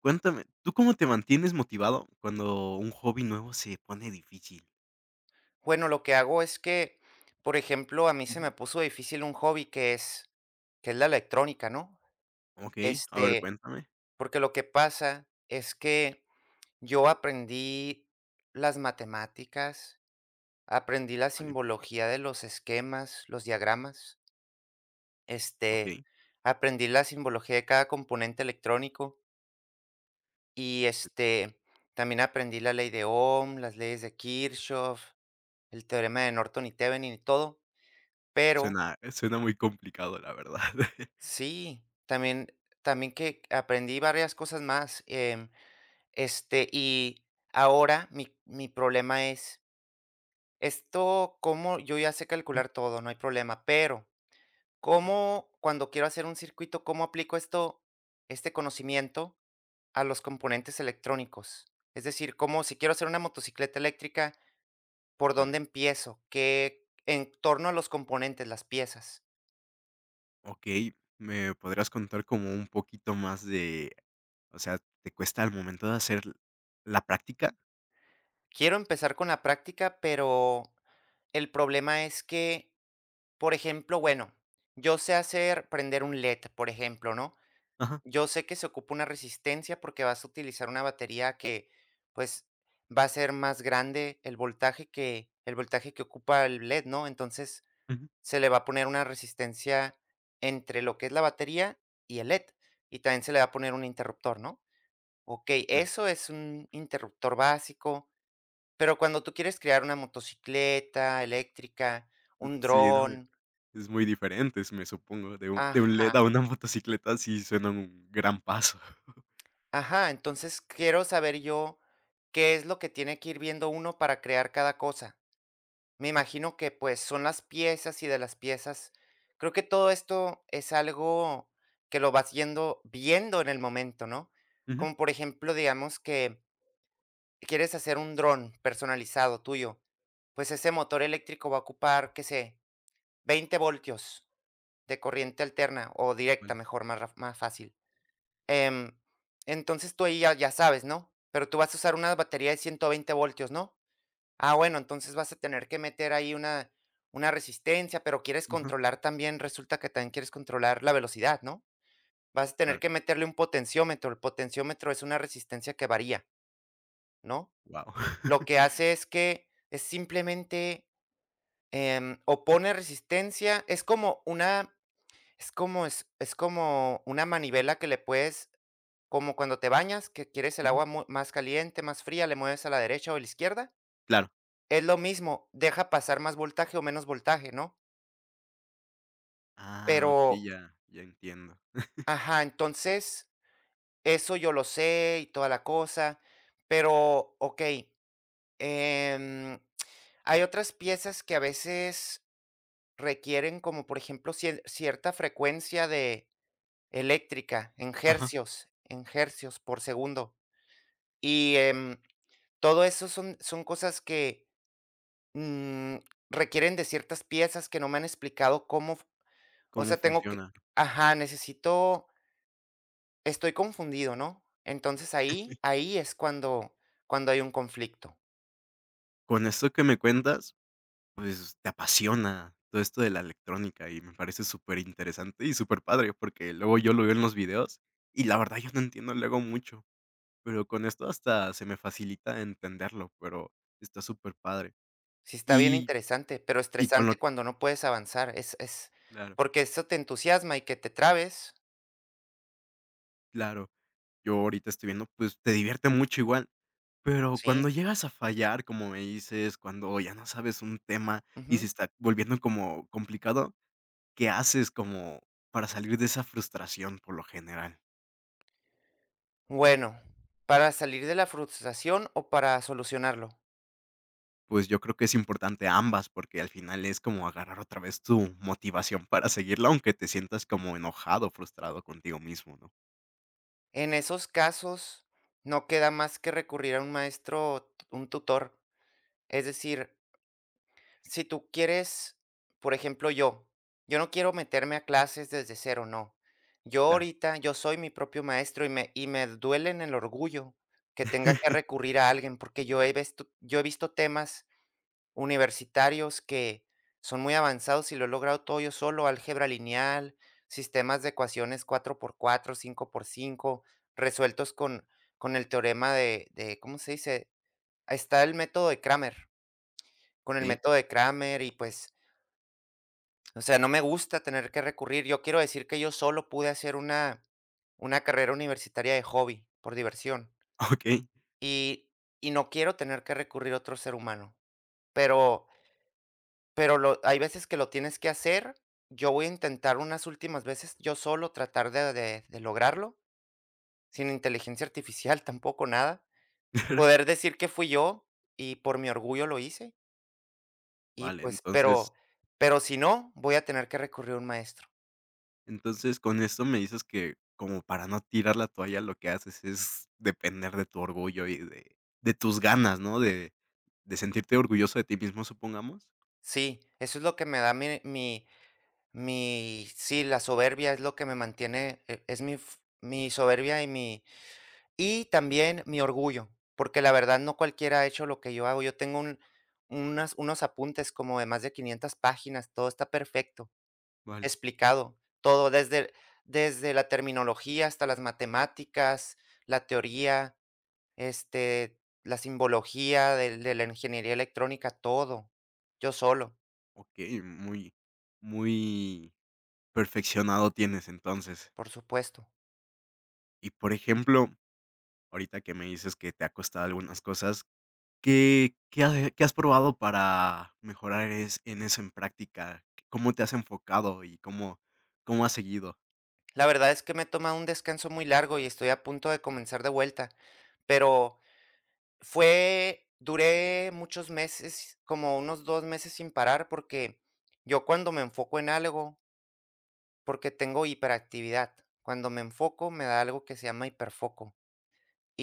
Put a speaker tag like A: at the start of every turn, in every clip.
A: Cuéntame, ¿tú cómo te mantienes motivado cuando un hobby nuevo se pone difícil?
B: Bueno, lo que hago es que, por ejemplo, a mí
A: Ujú.
B: se me puso difícil un hobby que es la electrónica, ¿no?
A: Okey, a ver,
B: Este,
A: cuéntame.
B: Porque lo que pasa es que yo aprendí las matemáticas, aprendí la
A: Vale,
B: simbología de los esquemas, los diagramas, este,
A: okey.
B: aprendí la simbología de cada componente electrónico y, también aprendí la ley de Ohm, las leyes de Kirchhoff, el teorema de Norton y Thevenin y todo, pero...
A: Suena muy complicado, la verdad.
B: Sí, también que aprendí varias cosas más, y ahora mi problema es, esto cómo yo ya sé
A: Mm,
B: calcular todo, no hay problema, pero
A: vale,
B: ¿cómo cuando quiero hacer un circuito, cómo aplico esto este conocimiento a los componentes electrónicos? Es decir, cómo si quiero hacer una motocicleta eléctrica, ¿por
A: vale.
B: dónde empiezo? ¿Qué en torno a los componentes, las piezas?
A: Okey, ¿me podrías contar como un poquito más de, o sea, te cuesta al momento de hacer la práctica?
B: Quiero empezar con la práctica, pero el problema es que, por ejemplo, bueno, yo sé hacer prender un LED, por ejemplo, ¿no?
A: Ajá,
B: Yo sé que se ocupa una resistencia porque vas a utilizar una batería que, pues, va a ser más grande el voltaje que ocupa el LED, ¿no? Entonces,
A: ujú,
B: se le va a poner una resistencia entre lo que es la batería y el LED, y también se le va a poner un interruptor, ¿no? Okey,
A: claro.
B: eso es un interruptor básico. Pero cuando tú quieres crear una motocicleta eléctrica, un
A: Sí, ¿no?
B: dron,
A: Es muy diferente, es me supongo, de un led
B: ajá,
A: a una motocicleta, sí suena un gran paso.
B: ajá, entonces quiero saber yo qué es lo que tiene que ir viendo uno para crear cada cosa. Me imagino que, pues, son las piezas y de las piezas creo que todo esto es algo que lo vas yendo viendo en el momento, ¿no?
A: Ujú,
B: Como, por ejemplo, digamos que quieres hacer un dron personalizado tuyo, pues ese motor eléctrico va a ocupar, qué sé, 20 voltios de corriente alterna o directa,
A: vale.
B: mejor, más raf más fácil. Em, entonces tú ahí ya sabes, ¿no? Pero tú vas a usar una batería de 120 voltios, ¿no? Ah, bueno, entonces vas a tener que meter ahí una resistencia, pero quieres
A: Ajá,
B: controlar también, resulta que también quieres controlar la velocidad, ¿no? Vas a tener
A: claro.
B: que meterle un potenciómetro. El potenciómetro es una resistencia que varía, ¿no?
A: Guau.
B: Lo que hace es que es simplemente, opone resistencia, Es como una manivela que le puedes, como cuando te bañas, que quieres el
A: Ujú,
B: agua mu más caliente, más fría, le mueves a la derecha o a la izquierda.
A: claro.
B: Es lo mismo, deja pasar más voltaje o menos voltaje, ¿no?
A: Ah, ok,
B: Pero,
A: ya, ya entiendo.
B: ajá, entonces, eso yo lo sé y toda la cosa, pero okey, em, hay otras piezas que a veces requieren como, por ejemplo, cierta frecuencia de eléctrica en
A: Ajá,
B: hercios por segundo. Y, todo eso son cosas que, mm, requieren de ciertas piezas que no me han explicado cómo f o
A: ¿cómo
B: sea, tengo que,
A: funciona?
B: ajá, necesito, estoy confundido, ¿no? Entonces ahí es cuando hay un conflicto.
A: Con esto que me cuentas, pues, te apasiona todo esto de la electrónica y me parece súper interesante y súper padre, porque luego yo lo veo en los videos y la verdad yo no entiendo luego mucho, pero con esto hasta se me facilita entenderlo, pero está súper padre.
B: Sí, está bien
A: Y
B: interesante, pero
A: y con lo
B: estresante cuando no puedes avanzar, es
A: claro,
B: porque eso te entusiasma y que te trabes.
A: claro. Yo ahorita estoy viendo, pues, te divierte mucho igual, pero cuando
B: Sí,
A: llegas a fallar, como me dices, cuando ya no sabes un tema y se
B: ujú.
A: está volviendo como complicado, ¿qué haces como para salir de esa frustración por lo general?
B: Bueno, ¿para salir de la frustración o para solucionarlo?
A: Pues, yo creo que es importante ambas, porque al final es como agarrar otra vez tu motivación para seguirla, aunque te sientas como enojado, frustrado contigo mismo, ¿no?
B: En esos casos, no queda más que recurrir a un maestro o un tutor. Es decir, si tú quieres, por ejemplo, yo, no quiero meterme a clases desde cero, no. Yo
A: Claro.
B: ahorita, yo soy mi propio maestro y me duele en el orgullo que tenga que recurrir a alguien, porque yo he visto, temas universitarios que son muy avanzados y lo he logrado todo yo solo, álgebra lineal, sistemas de ecuaciones cuatro por cuatro, cinco por cinco resueltos con el teorema de, ¿cómo se dice? Ahí está el método de Kramer, con
A: ¿Ok?
B: el método de Kramer y, pues, o sea, no me gusta tener que recurrir. Yo quiero decir que yo solo pude hacer una carrera universitaria de hobby, por diversión,
A: Okey.
B: y, y no quiero tener que recurrir a otro ser humano, pero Pero lo hay veces que lo tienes que hacer. Yo voy a intentar unas últimas veces yo solo, tratar de lograrlo, sin inteligencia artificial, tampoco nada. Poder decir que fui yo y por mi orgullo lo hice y,
A: Vale,
B: pues,
A: entonces,
B: pero si no, voy a tener que recurrir a un maestro.
A: Entonces, con esto me dices que como para no tirar la toalla, lo que haces es depender de tu orgullo y de tus ganas, ¿no? De sentirte orgulloso de ti mismo, supongamos.
B: Sí, eso es lo que me da mi sí, la soberbia es lo que me mantiene, e es mi f mi soberbia y mi Y también mi orgullo, porque la verdad no cualquiera ha hecho lo que yo hago. Yo tengo un unas unos apuntes como de más de 500 páginas, todo está perfecto,
A: Vale,
B: explicado, todo, desde la terminología hasta las matemáticas, la teoría, la simbología del de la ingeniería electrónica, todo, yo solo,
A: okey, muy perfeccionado tienes entonces.
B: por supuesto.
A: Y, por ejemplo, ahorita que me dices que te ha costado algunas cosas, ¿qué has probado para mejorar es en eso en práctica? ¿Cómo te has enfocado y cómo has seguido?
B: La verdad es que me he tomado un descanso muy largo y estoy a punto de comenzar de vuelta, pero Fue duré muchos meses, como unos 2 meses sin parar, porque yo, cuando me enfoco en algo, porque tengo hiperactividad. Cuando me enfoco, me da algo que se llama hiperfoco,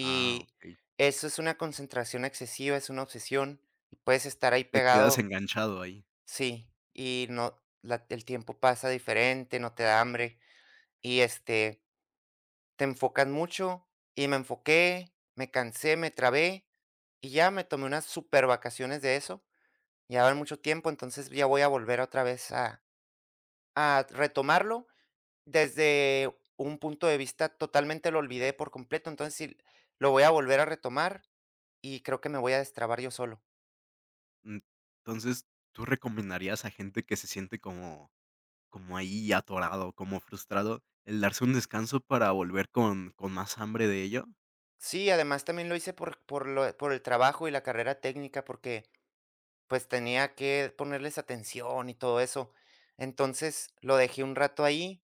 A: Ah, okey.
B: eso es una concentración excesiva, es una obsesión, y puedes estar ahí
A: Te quedas
B: pegado.
A: enganchado ahí.
B: Sí, y no, la el tiempo pasa diferente, no te da hambre, y, te enfocas mucho, y me enfoqué, me cansé, me trabé, y ya me tomé unas super vacaciones de eso. Ya va a haber mucho tiempo, entonces ya voy a volver otra vez a retomarlo desde un punto de vista totalmente, lo olvidé por completo, entonces sí, lo voy a volver a retomar y creo que me voy a destrabar yo solo.
A: Mm, entonces, ¿tú recomendarías a gente que se siente como como ahí atorado, como frustrado, el darse un descanso para volver con más hambre de ello?
B: Sí, además también lo hice por el trabajo y la carrera técnica, porque, pues, tenía que ponerles atención y todo eso. Entonces, lo dejé un rato ahí,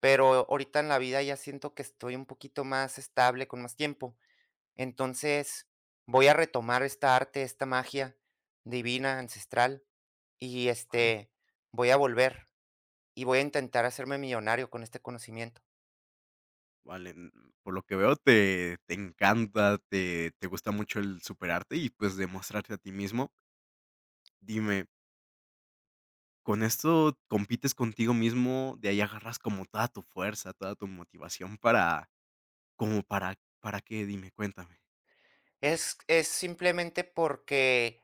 B: pero ahorita en la vida ya siento que estoy un poquito más estable, con más tiempo. Entonces, voy a retomar esta arte, esta magia divina, ancestral, y,
A: Vale,
B: voy a volver, y voy a intentar hacerme millonario con este conocimiento.
A: vale, mm, por lo que veo te encanta, te gusta mucho el superarte y, pues, demostrarte a ti mismo. Dime, ¿con esto compites contigo mismo? ¿De ahí agarras como toda tu fuerza, toda tu motivación para como para qué? Dime, cuéntame.
B: Es simplemente porque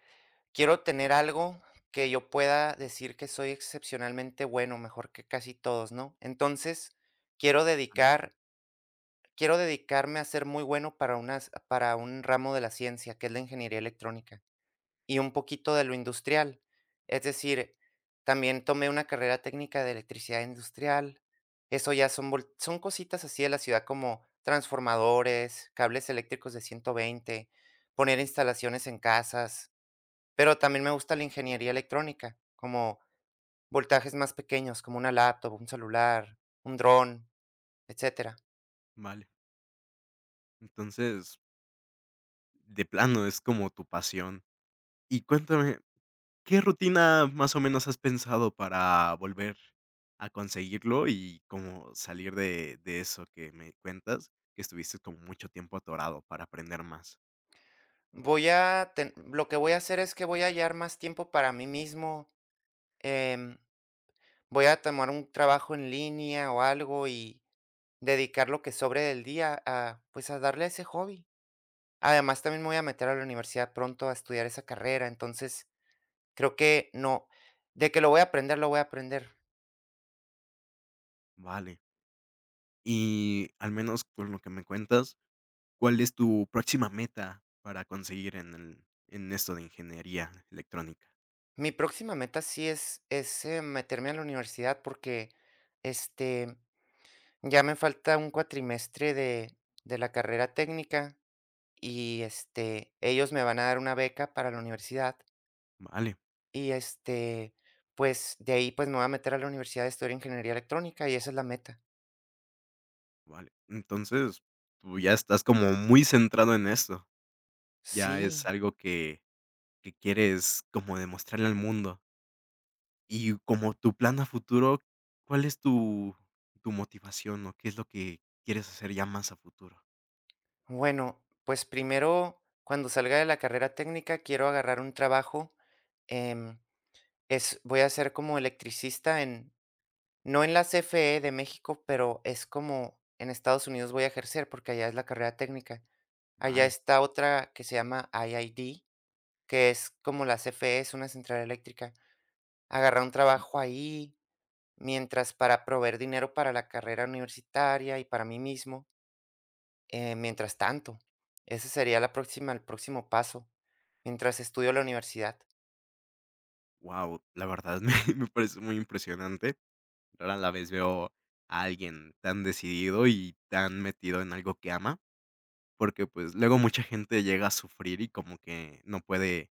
B: quiero tener algo que yo pueda decir que soy excepcionalmente bueno, mejor que casi todos, ¿no? Entonces, quiero
A: Vale,
B: dedicar quiero dedicarme a ser muy bueno para unas para un ramo de la ciencia, que es la ingeniería electrónica. Y un poquito de lo industrial. Es decir, también tomé una carrera técnica de electricidad industrial. Eso ya son cositas así de la ciudad como transformadores, cables eléctricos de 120, poner
A: vale,
B: instalaciones en casas, pero también me gusta la ingeniería electrónica, como voltajes más pequeños, como una laptop, un celular, un dron, etcétera.
A: vale. Entonces, de plano es como tu pasión. Y cuéntame, ¿qué rutina más o menos has pensado para volver a conseguirlo y como salir de eso que me cuentas, que estuviste como mucho tiempo atorado para aprender más?
B: Voy a ten Lo que voy a hacer es que voy a hallar más tiempo para mí mismo. em Voy a tomar un trabajo en línea o algo y dedicar lo que sobre del día a, pues, a darle a ese hobby. Además, también me voy a meter a la universidad pronto a estudiar esa carrera, entonces creo que no, de que lo voy a aprender, lo voy a aprender.
A: Vale. Y al menos con lo que me cuentas, ¿cuál es tu próxima meta para conseguir en el en esto de ingeniería electrónica?
B: Mi próxima meta sí es meterme a la universidad porque, este, ya me falta un cuatrimestre de la carrera técnica y, ellos me van a dar una beca para la universidad.
A: Vale,
B: Y, pues de ahí, pues me voy a meter a la Universidad de Estudiar Ingeniería Electrónica y esa es la meta.
A: vale. Entonces, tú ya estás como muy centrado en esto. Ya es
B: Sí,
A: algo que quieres como demostrarle al mundo. Y como tu plan a futuro, ¿cuál es tu motivación, o qué es lo que quieres hacer ya más a futuro?
B: bueno, pues primero, cuando salga de la carrera técnica, quiero agarrar un trabajo. em, Voy a ser como electricista en, no en la CFE de México, pero es como en Estados Unidos voy a ejercer porque allá es la carrera técnica. Allá
A: Vale,
B: está otra que se llama IID, que es como la CFE, es una central eléctrica. Agarrar un trabajo ahí mientras, para proveer dinero para la carrera universitaria y para mí mismo, mientras tanto, ese sería la próxima, el próximo paso, mientras estudio la universidad.
A: wow, la verdad me me parece muy impresionante. Rara la vez veo a alguien tan decidido y tan metido en algo que ama, porque, pues, luego mucha gente llega a sufrir y como que no puede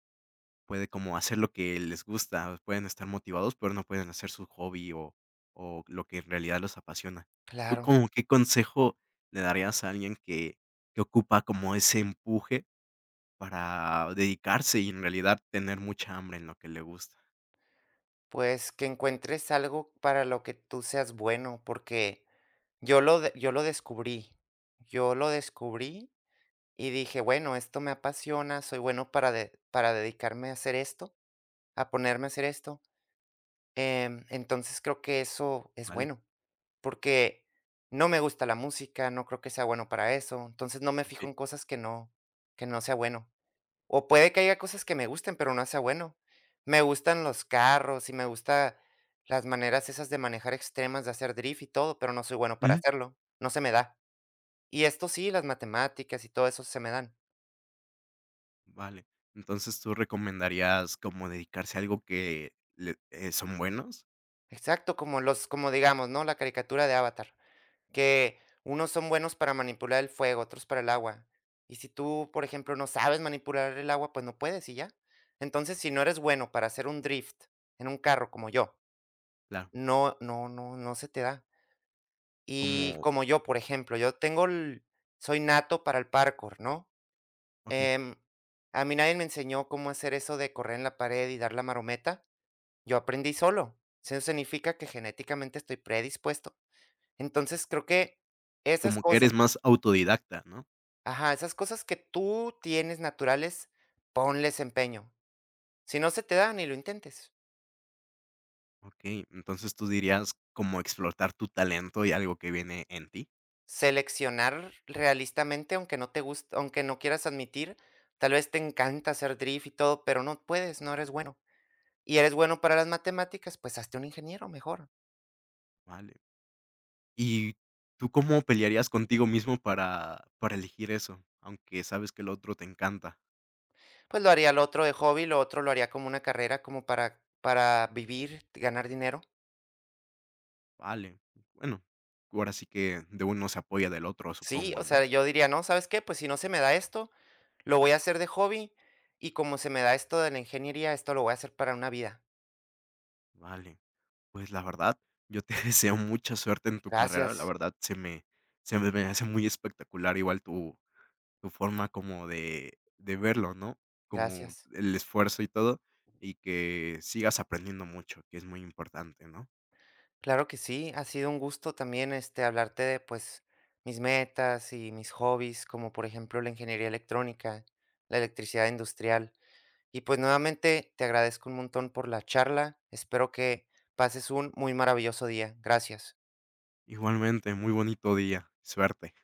A: puede como hacer lo que les gusta, pueden estar motivados, pero no pueden hacer su hobby o lo que en realidad los apasiona. ¿Tú
B: Claro,
A: como qué consejo le darías a alguien que ocupa como ese empuje para dedicarse y en realidad tener mucha hambre en lo que le gusta?
B: pues que encuentres algo para lo que tú seas bueno, porque yo lo, de- yo lo descubrí y dije, bueno, esto me apasiona, soy bueno para, para dedicarme a hacer esto, a ponerme a hacer esto. Entonces creo que eso es
A: Vale,
B: bueno, porque no me gusta la música, no creo que sea bueno para eso, entonces no me fijo
A: okey.
B: en cosas que no sea bueno. O puede que haya cosas que me gusten, pero no sea bueno. Me gustan los carros y me gusta las maneras esas de manejar extremas, de hacer drift y todo, pero no soy bueno para
A: Ujú,
B: hacerlo, no se me da. Y esto sí, las matemáticas y todo eso se me dan.
A: vale. Entonces, ¿tú recomendarías como dedicarse a algo que le son buenos?
B: Exacto, como digamos, ¿no? La caricatura de Avatar, que unos son buenos para manipular el fuego, otros para el agua. Y si tú, por ejemplo, no sabes manipular el agua, pues no puedes y ya. Entonces, si no eres bueno para hacer un drift en un carro como yo,
A: Claro,
B: no, no, no, no se te da. Y
A: como
B: como yo, por ejemplo, soy nato para el parkour, ¿no?
A: okey,
B: Em, a mí nadie me enseñó cómo hacer eso de correr en la pared y dar la marometa. Yo aprendí solo. Eso significa que genéticamente estoy predispuesto. Entonces, creo que esas
A: como que eres
B: cosas
A: más autodidacta, ¿no?
B: Ajá, esas cosas que tú tienes naturales, ponles empeño. Si no se te da, ni lo intentes.
A: Okey, entonces tú dirías como explotar tu talento y algo que viene en ti,
B: Seleccionar realistamente, aunque no te guste, aunque no quieras admitir, tal vez te encanta hacer drift y todo, pero no puedes, no eres bueno. Y eres bueno para las matemáticas, pues hazte un ingeniero mejor.
A: vale. ¿Y tú cómo pelearías contigo mismo para elegir eso? Aunque sabes que el otro te encanta,
B: Pues lo haría el otro de hobby, lo otro lo haría como una carrera, como para vivir, ganar dinero.
A: vale. Bueno, ahora sí que de uno se apoya del otro,
B: Sí,
A: supongo,
B: o sea,
A: ¿no?
B: yo diría, no, ¿sabes qué? Pues si no se me da esto, lo voy a hacer de hobby y como se me da esto de la ingeniería, esto lo voy a hacer para una vida.
A: Vale, pues la verdad, yo te deseo mucha suerte en tu carrera, la
B: Gracias,
A: verdad se me hace muy espectacular igual tu forma como de verlo, ¿no? Como
B: gracias.
A: el esfuerzo y todo, y que sigas aprendiendo mucho, que es muy importante, ¿no?
B: Claro que sí, ha sido un gusto también, hablarte de, pues, mis metas y mis hobbies, como por ejemplo la ingeniería electrónica, la electricidad industrial. Y pues nuevamente te agradezco un montón por la charla. Espero que pases un muy maravilloso día. Gracias.
A: Igualmente, muy bonito día. Suerte.